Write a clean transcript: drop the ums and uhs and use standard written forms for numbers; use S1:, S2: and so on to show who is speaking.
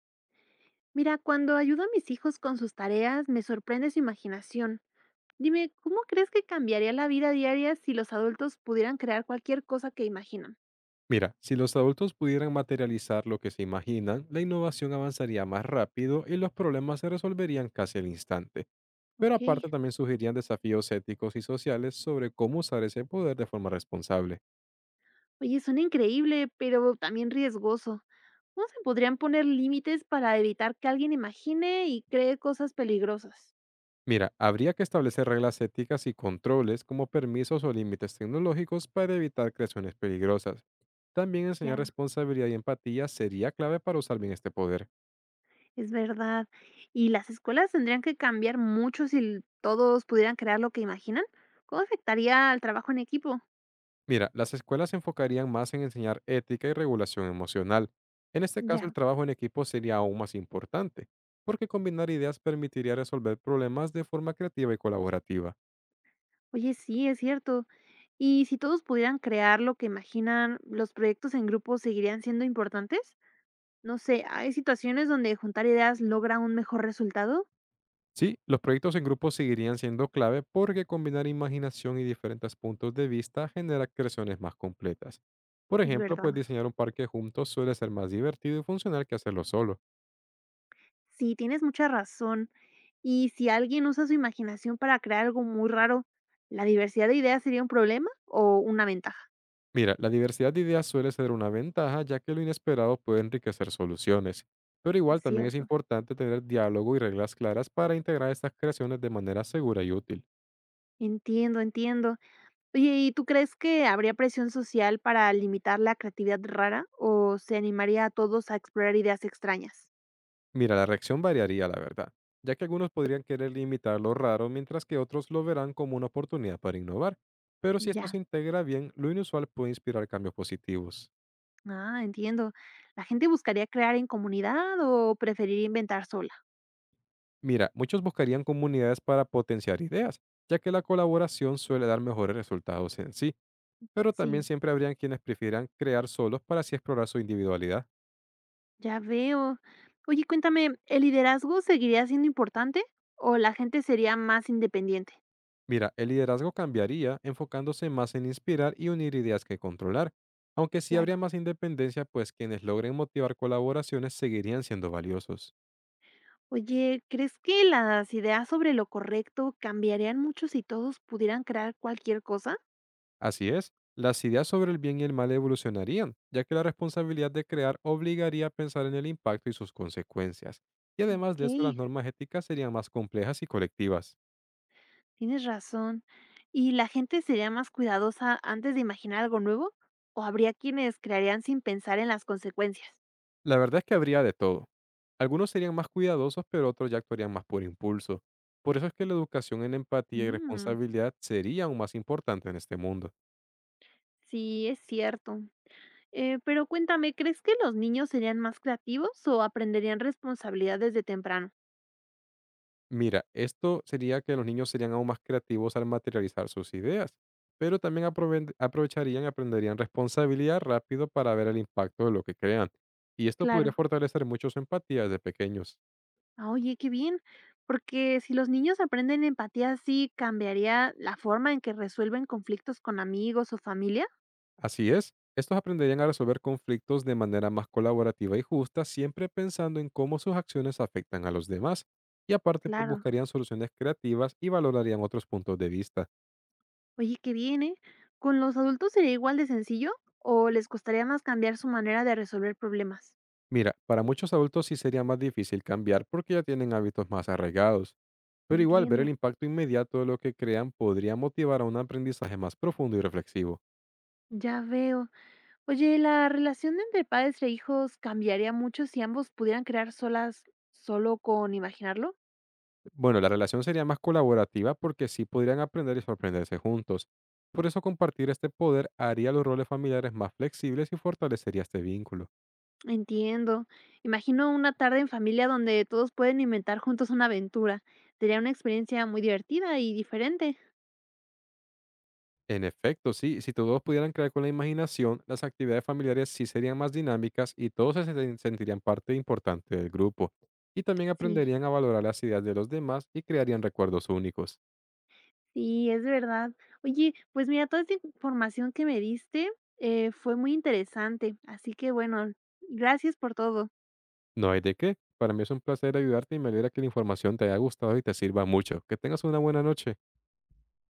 S1: Mira, cuando ayudo a mis hijos con sus tareas, me sorprende su imaginación. Dime, ¿cómo crees que cambiaría la vida diaria si los adultos pudieran crear cualquier cosa que imaginan?
S2: Mira, si los adultos pudieran materializar lo que se imaginan, la innovación avanzaría más rápido y los problemas se resolverían casi al instante. Pero
S1: Ok.
S2: aparte también surgirían desafíos éticos y sociales sobre cómo usar ese poder de forma responsable.
S1: Oye, suena increíble, pero también riesgoso. ¿Cómo se podrían poner límites para evitar que alguien imagine y cree cosas peligrosas?
S2: Mira, habría que establecer reglas éticas y controles como permisos o límites tecnológicos para evitar creaciones peligrosas. También enseñar
S1: Ya,
S2: responsabilidad y empatía sería clave para usar bien este poder.
S1: es verdad. ¿Y las escuelas tendrían que cambiar mucho si todos pudieran crear lo que imaginan? ¿Cómo afectaría al trabajo en equipo?
S2: Mira, las escuelas se enfocarían más en enseñar ética y regulación emocional. En este caso, el
S1: Ya.
S2: trabajo en equipo sería aún más importante, porque combinar ideas permitiría resolver problemas de forma creativa y colaborativa.
S1: Oye, sí, es cierto. ¿Y si todos pudieran crear lo que imaginan, los proyectos en grupo seguirían siendo importantes? No sé, hay situaciones donde juntar ideas logra un mejor resultado.
S2: Sí, los proyectos en grupo seguirían siendo clave porque combinar imaginación y diferentes puntos de vista genera creaciones más completas. Por
S1: Es
S2: ejemplo, pues
S1: verdad.
S2: diseñar un parque juntos suele ser más divertido y funcional que hacerlo solo.
S1: Sí, tienes mucha razón. Y si alguien usa su imaginación para crear algo muy raro, ¿la diversidad de ideas sería un problema o una ventaja?
S2: Mira, la diversidad de ideas suele ser una ventaja, ya que lo inesperado puede enriquecer soluciones. Pero
S1: Es
S2: igual también es
S1: cierto.
S2: importante tener diálogo y reglas claras para integrar estas creaciones de manera segura y útil.
S1: Entiendo, entiendo. Oye, ¿y tú crees que habría presión social para limitar la creatividad rara o se animaría a todos a explorar ideas extrañas?
S2: Mira, la reacción variaría, la verdad, ya que algunos podrían querer limitar lo raro, mientras que otros lo verán como una oportunidad para innovar. Pero si esto
S1: Ya.
S2: se integra bien, lo inusual puede inspirar cambios positivos.
S1: Ah, entiendo. ¿La gente buscaría crear en comunidad o preferiría inventar sola?
S2: Mira, muchos buscarían comunidades para potenciar ideas, ya que la colaboración suele dar mejores resultados en sí, pero también
S1: Sí.
S2: siempre habrían quienes prefieran crear solos para así explorar su individualidad.
S1: Ya veo. Oye, cuéntame, ¿el liderazgo seguiría siendo importante o la gente sería más independiente?
S2: Mira, el liderazgo cambiaría enfocándose más en inspirar y unir ideas que controlar, aunque sí
S1: Claro.
S2: habría más independencia, pues quienes logren motivar colaboraciones seguirían siendo valiosos.
S1: Oye, ¿crees que las ideas sobre lo correcto cambiarían mucho si todos pudieran crear cualquier cosa?
S2: Así es, las ideas sobre el bien y el mal evolucionarían, ya que la responsabilidad de crear obligaría a pensar en el impacto y sus consecuencias, y además
S1: Ok,
S2: de eso las normas éticas serían más complejas y colectivas.
S1: tienes razón. ¿Y la gente sería más cuidadosa antes de imaginar algo nuevo? ¿O habría quienes crearían sin pensar en las consecuencias?
S2: La verdad es que habría de todo. Algunos serían más cuidadosos, pero otros ya actuarían más por impulso. Por eso es que la educación en empatía y
S1: Mm,
S2: responsabilidad sería aún más importante en este mundo.
S1: sí, es cierto. Pero cuéntame, ¿crees que los niños serían más creativos o aprenderían responsabilidad desde temprano?
S2: Mira, esto sería que los niños serían aún más creativos al materializar sus ideas, pero también aprovecharían y aprenderían responsabilidad rápido para ver el impacto de lo que crean. Y esto podría
S1: Claro.
S2: fortalecer mucho su empatía desde pequeños.
S1: Ah, oye, qué bien. Porque si los niños aprenden empatía, sí cambiaría la forma en que resuelven conflictos con amigos o familia.
S2: Así es, estos aprenderían a resolver conflictos de manera más colaborativa y justa, siempre pensando en cómo sus acciones afectan a los demás. Y aparte, pues
S1: Claro.
S2: buscarían soluciones creativas y valorarían otros puntos de vista.
S1: Oye, qué bien, ¿eh? ¿Con los adultos sería igual de sencillo o les costaría más cambiar su manera de resolver problemas?
S2: Mira, para muchos adultos sí sería más difícil cambiar porque ya tienen hábitos más arraigados, pero igual ver el
S1: Entiendo.
S2: impacto inmediato de lo que crean podría motivar a un aprendizaje más profundo y reflexivo.
S1: Ya veo. Oye, ¿la relación entre padres e hijos cambiaría mucho si ambos pudieran crear solas solo con imaginarlo?
S2: Bueno, la relación sería más colaborativa porque sí podrían aprender y sorprenderse juntos. Por eso compartir este poder haría los roles familiares más flexibles y fortalecería este vínculo.
S1: Entiendo. Imagino una tarde en familia donde todos pueden inventar juntos una aventura. Sería una experiencia muy divertida y diferente.
S2: En efecto, sí, si todos pudieran crear con la imaginación, las actividades familiares sí serían más dinámicas y todos sentirían parte importante del grupo. Y también
S1: Sí,
S2: aprenderían a valorar las ideas de los demás y crearían recuerdos únicos.
S1: sí, es verdad. Oye, pues mira, toda esta información que me diste fue muy interesante. Así que bueno, gracias por todo.
S2: No hay de qué. Para mí es un placer ayudarte y me alegra que la información te haya gustado y te sirva mucho. Que tengas una buena noche.